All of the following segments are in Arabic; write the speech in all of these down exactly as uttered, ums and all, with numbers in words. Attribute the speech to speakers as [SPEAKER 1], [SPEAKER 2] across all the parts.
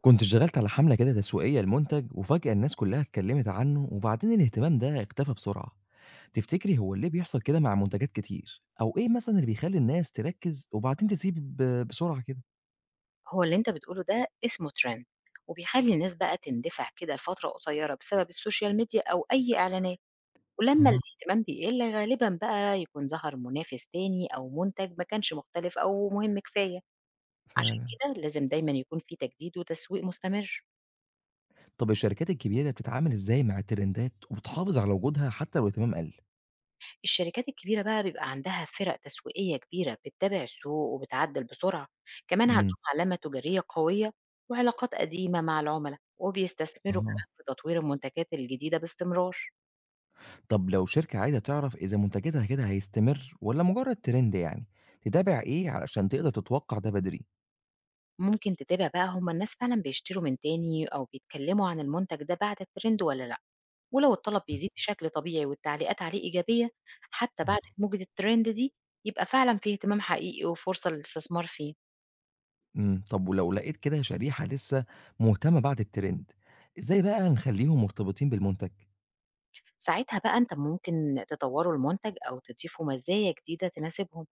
[SPEAKER 1] كنت اشتغلت على حملة كده تسويقية لمنتج، وفجأة الناس كلها اتكلمت عنه، وبعدين الاهتمام ده اختفى بسرعة. تفتكري هو ليه بيحصل كده مع منتجات كتير، او ايه مثلا اللي بيخلي الناس تركز وبعدين تسيب ب- بسرعة كده؟
[SPEAKER 2] هو اللي أنت بتقوله ده اسمه trend، وبيخلّي الناس بقى تندفع كده لفترة قصيرة بسبب السوشيال ميديا أو أي إعلانات، ولمّا
[SPEAKER 1] اه،
[SPEAKER 2] الاهتمام بيقل غالبًا بقى يكون ظهر منافس تاني أو منتج ما كانش مختلف أو مهم كفاية، عشان
[SPEAKER 1] فعلا.
[SPEAKER 2] كده لازم دايمًا يكون في تجديد وتسويق مستمر.
[SPEAKER 1] طب الشركات الكبيرة بتتعامل ازاي مع الترندات، وبتحافظ على وجودها حتى لو الاهتمام قل؟
[SPEAKER 2] الشركات الكبيرة بقى بيبقى عندها فرق تسويقية كبيرة بتتابع السوق وبتعدّل بسرعة، كمان عندهم
[SPEAKER 1] امم.
[SPEAKER 2] علامة تجارية قوية وعلاقات قديمة مع العملا، وبيستثمروا
[SPEAKER 1] اه.
[SPEAKER 2] كمان في تطوير المنتجات الجديدة باستمرار.
[SPEAKER 1] طب لو شركة عايزة تعرف اذا منتجاتها كده هيستمر ولا مجرد ترند يعني، تتابع ايه علشان تقدر تتوقع ده؟
[SPEAKER 2] ممكن تتابع بقى هما الناس فعلا بيشتروا من تاني أو بيتكلموا عن المنتج ده بعد الترند ولا لأ، ولو الطلب
[SPEAKER 1] بدري.
[SPEAKER 2] بيزيد بشكل طبيعي والتعليقات عليه إيجابية حتى بعد موجة الترند دي، يبقى فعلا فيه اهتمام حقيقي وفرصة للاستثمار فيه.
[SPEAKER 1] إمم، طب ولو لقيت كده شريحة لسه مهتمة بعد الtrend، إزاي بقى نخلّيهم مرتبطين بالمنتج؟
[SPEAKER 2] ساعتها بقى انت ممكن تطوروا المنتج أو تضيفوا مزايا جديدة تناسبهم،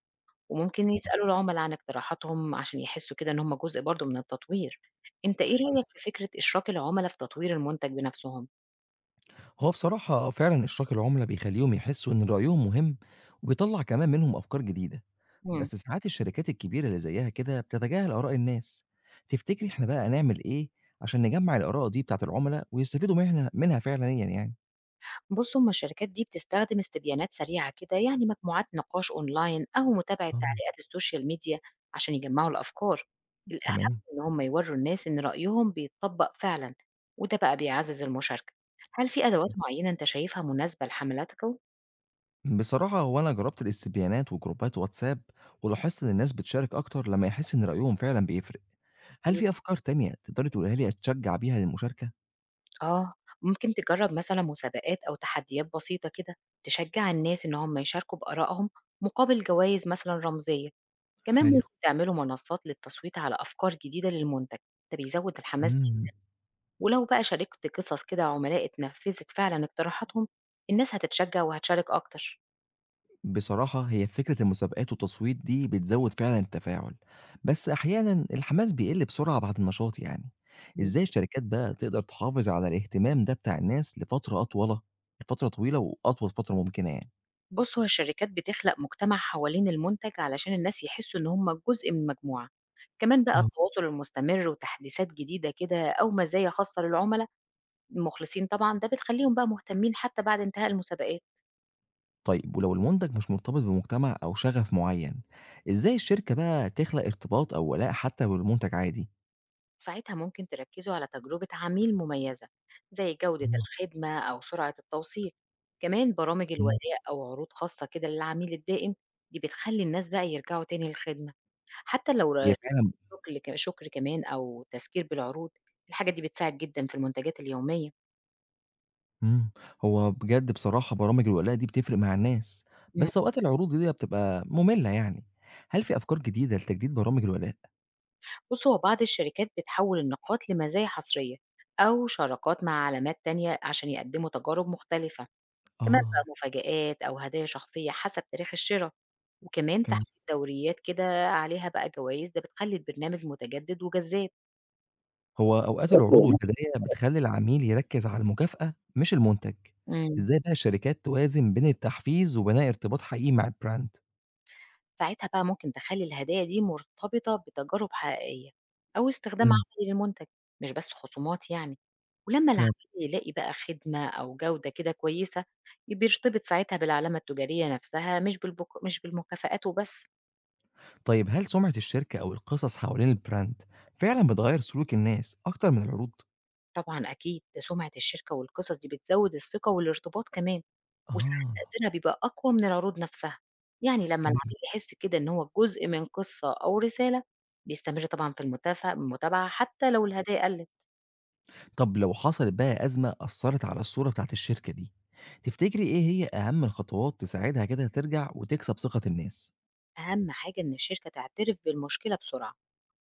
[SPEAKER 2] وممكن يسألوا العملاء عن اقتراحاتهم عشان يحسوا كده ان هم جزء برضو من التطوير. انت
[SPEAKER 1] آه،
[SPEAKER 2] ايه
[SPEAKER 1] حلو.
[SPEAKER 2] رأيك في فكرة إشراك العملاء في تطوير المنتج بنفسهم؟
[SPEAKER 1] هو بصراحة فعلًا إشراك العُملا بيخلّيهم يحسّوا إن رأيهم مهم، وبيطلّع كمان منهم أفكار جديدة.
[SPEAKER 2] مم.
[SPEAKER 1] بس ساعات الشركات الكبيرة اللي زيها كده بتتجاهل آراء الناس، تفتكري إحنا بقى نعمل إيه عشان نجمّع الآراء دي بتاعة العُملا ويستفيدوا منها منها فعليًا يعني؟
[SPEAKER 2] بصوا هما الشركات دي بتستخدم استبيانات سريعة كده يعني مجموعات نقاش أونلاين أو متابعة
[SPEAKER 1] آه،
[SPEAKER 2] تعليقات السوشيال ميديا عشان يجمعوا الأفكار الأهم،
[SPEAKER 1] تمام.
[SPEAKER 2] إن هما يوروا الناس إن رأيهم بيتطبق فعلا، وده بقى بيعزز المشاركة. هل في أدوات
[SPEAKER 1] حلو.
[SPEAKER 2] معينة أنت شايفها مناسبة لحملاتك؟
[SPEAKER 1] بصراحة هو أنا جربت الاستبيانات وجروبات واتساب، ولاحظت إن الناس بتشارك أكتر لما يحس إن رأيهم فعلا بيفرق. هل في أفكار تانية تقدري تقولها لي أتشجع بيها للمشاركة؟
[SPEAKER 2] آه، ممكن تجرب مثلا مسابقات أو تحديات بسيطة كده تشجع الناس إن هم يشاركوا بآرائهم مقابل جوائز مثلا رمزية، كمان
[SPEAKER 1] حلو.
[SPEAKER 2] ممكن تعملوا منصات للتصويت على أفكار جديدة للمنتج، ده بيزود الحماس.
[SPEAKER 1] مم.
[SPEAKER 2] ولو بقى شاركت قصص كده عملاء اتنفذت فعلا اقتراحاتهم، الناس هتتشجع وهتشارك أكتر.
[SPEAKER 1] بصراحة هي فكرة المسابقات والتصويت دي بتزود فعلا التفاعل، بس أحيانا الحماس بيقل بسرعة بعد النشاط يعني.
[SPEAKER 2] مم.
[SPEAKER 1] إزاي الشركات بقى تقدر تحافظ على الاهتمام ده بتاع الناس لفترة أطول، لفترة طويلة وأطول فترة ممكنة يعني؟
[SPEAKER 2] بص هو الشركات بتخلق مجتمع حوالين المنتج علشان الناس يحسوا إن هم جزء من مجموعة، كمان بقى التواصل المستمر وتحديثات جديدة كده أو مزايا خاصة للعملاء المخلصين، طبعا ده بتخليهم بقى مهتمين حتى بعد انتهاء المسابقات.
[SPEAKER 1] طيب ولو المنتج مش مرتبط بمجتمع أو شغف معين، إزاي الشركة بقى تخلق ارتباط أو ولاء حتى بالمنتج عادي؟
[SPEAKER 2] ساعتها ممكن تركزوا على تجربة عميل مميزة زي جودة
[SPEAKER 1] آه،
[SPEAKER 2] الخدمة أو سرعة التوصيل، كمان برامج
[SPEAKER 1] تمام.
[SPEAKER 2] الولاء أو عروض خاصة كده للعميل الدائم، دي بتخلي الناس بقى يرجعوا تاني للخدمة، حتى لو
[SPEAKER 1] هي
[SPEAKER 2] ر-
[SPEAKER 1] فعلا.
[SPEAKER 2] شكر ك- شكر كمان أو تذكير بالعروض، الحاجات دي بتساعد جدا في المنتجات اليومية.
[SPEAKER 1] امم. هو بجد بصراحة برامج الولاء دي بتفرق مع الناس،
[SPEAKER 2] مم.
[SPEAKER 1] بس أوقات العروض دي بتبقى مملة يعني. هل في أفكار جديدة لتجديد برامج الولاء؟
[SPEAKER 2] بصوا هو بعض الشركات بتحول النقاط لمزايا حصرية أو شراكات مع علامات تانية عشان يقدموا تجارب مختلفة، كمان بقى
[SPEAKER 1] اه،
[SPEAKER 2] مفاجآت أو هدايا شخصية حسب تاريخ الشراء، وكمان
[SPEAKER 1] فعلا.
[SPEAKER 2] تحت الدوريات كده عليها بقى جوايز، ده بتخلّي البرنامج متجدد وجذاب.
[SPEAKER 1] هو أوقات العروض مم. والهدايا بتخلي العميل يركز على المكافأة مش المنتج.
[SPEAKER 2] إمم،
[SPEAKER 1] إزاي بقى الشركات توازن بين التحفيز وبناء ارتباط حقيقي مع البراند؟
[SPEAKER 2] ساعتها بقى ممكن تخلّي الهدايا دي مرتبطة بتجارب حقيقية أو استخدام
[SPEAKER 1] مم،
[SPEAKER 2] عملي للمنتج، مش بس خصومات يعني، ولمّا العميل
[SPEAKER 1] فعلا.
[SPEAKER 2] يلاقي بقى خدمة أو جودة كده كويسة، بيرتبط ساعتها بالعلامة التجارية نفسها، مش بالبك مش بالمكافآت وبس.
[SPEAKER 1] طيب هل سمعة الشركة أو القصص حوالين البراند فعلًا بتغيّر سلوك الناس أكتر من العروض؟
[SPEAKER 2] طبعًا أكيد، ده سمعة الشركة والقصص دي بتزود الثقة والارتباط كمان، وساعات
[SPEAKER 1] آه،
[SPEAKER 2] تأثيرها بيبقى أقوى من العروض نفسها، يعني لمّا
[SPEAKER 1] فعلًا.
[SPEAKER 2] العميل يحس كده إن هو جزء من قصة أو رسالة، بيستمر طبعًا في المتف المتابعة حتى لو الهدايا قلّت.
[SPEAKER 1] طب لو حصلت بقى أزمة أثّرت على الصورة بتاعة الشركة دي، تفتكري إيه هي أهم الخطوات تساعدها كده ترجع وتكسب ثقة الناس؟
[SPEAKER 2] أهم حاجة إن الشركة تعترف بالمشكلة بسرعة،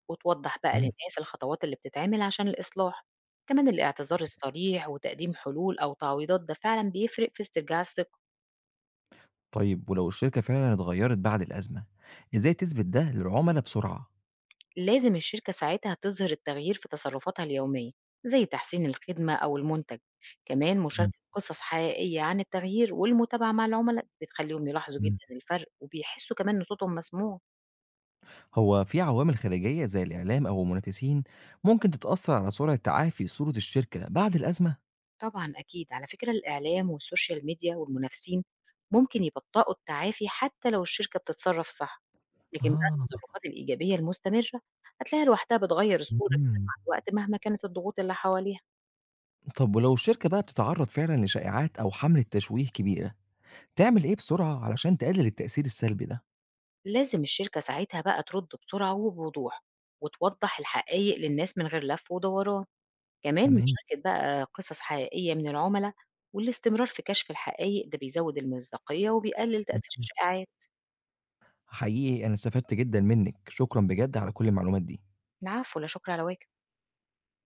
[SPEAKER 2] وتوضح بقى
[SPEAKER 1] إمم.
[SPEAKER 2] للناس الخطوات اللي بتتعمل عشان الإصلاح، كمان الاعتذار الصريح وتقديم حلول أو تعويضات ده فعلًا بيفرق في استرجاع الثقة.
[SPEAKER 1] طيب ولو الشركة فعلًا اتغيّرت بعد الأزمة، إزاي تثبت ده للعملا بسرعة؟
[SPEAKER 2] لازم الشركة ساعتها تظهر التغيير في تصرفاتها اليومية زي تحسين الخدمة أو المنتج، كمان
[SPEAKER 1] إمم.
[SPEAKER 2] مشاركة قصص حقيقية عن التغيير والمتابعة مع العملاء بتخليهم يلاحظوا
[SPEAKER 1] إمم.
[SPEAKER 2] جدا الفرق وبيحسوا كمان إن صوتهم مسموع.
[SPEAKER 1] هو في عوامل خارجية زي الإعلام أو المنافسين ممكن تتأثّر على سرعة تعافي صورة الشركة بعد الأزمة؟
[SPEAKER 2] طبعا أكيد، على فكرة الإعلام والسوشيال ميديا والمنافسين ممكن يبطئوا التعافي حتى لو الشركة بتتصرف صح، لكن بقى
[SPEAKER 1] آه.
[SPEAKER 2] التصرفات الإيجابية المستمرة هتلاقيها لوحدها بتغير الصورة كده
[SPEAKER 1] إمم.
[SPEAKER 2] مع الوقت مهما كانت الضغوط اللي حواليها.
[SPEAKER 1] طب ولو الشركة بقى بتتعرض فعلا لشائعات أو حملة تشويه كبيرة، تعمل إيه بسرعة علشان تقلل التأثير السلبي ده؟
[SPEAKER 2] لازم الشركة ساعتها بقى ترد بسرعة وبوضوح، وتوضح الحقائق للناس من غير لف ودوران، كمان
[SPEAKER 1] تمام.
[SPEAKER 2] مشاركة بقى قصص حقيقية من العملاء، والاستمرار في كشف الحقائق ده بيزود المصداقية وبيقلل تأثير
[SPEAKER 1] ممتاز.
[SPEAKER 2] الشائعات.
[SPEAKER 1] حقيقي أنا استفدت جدا منك، شكرا بجد على كل المعلومات دي.
[SPEAKER 2] العفو، لا شكر على واجب.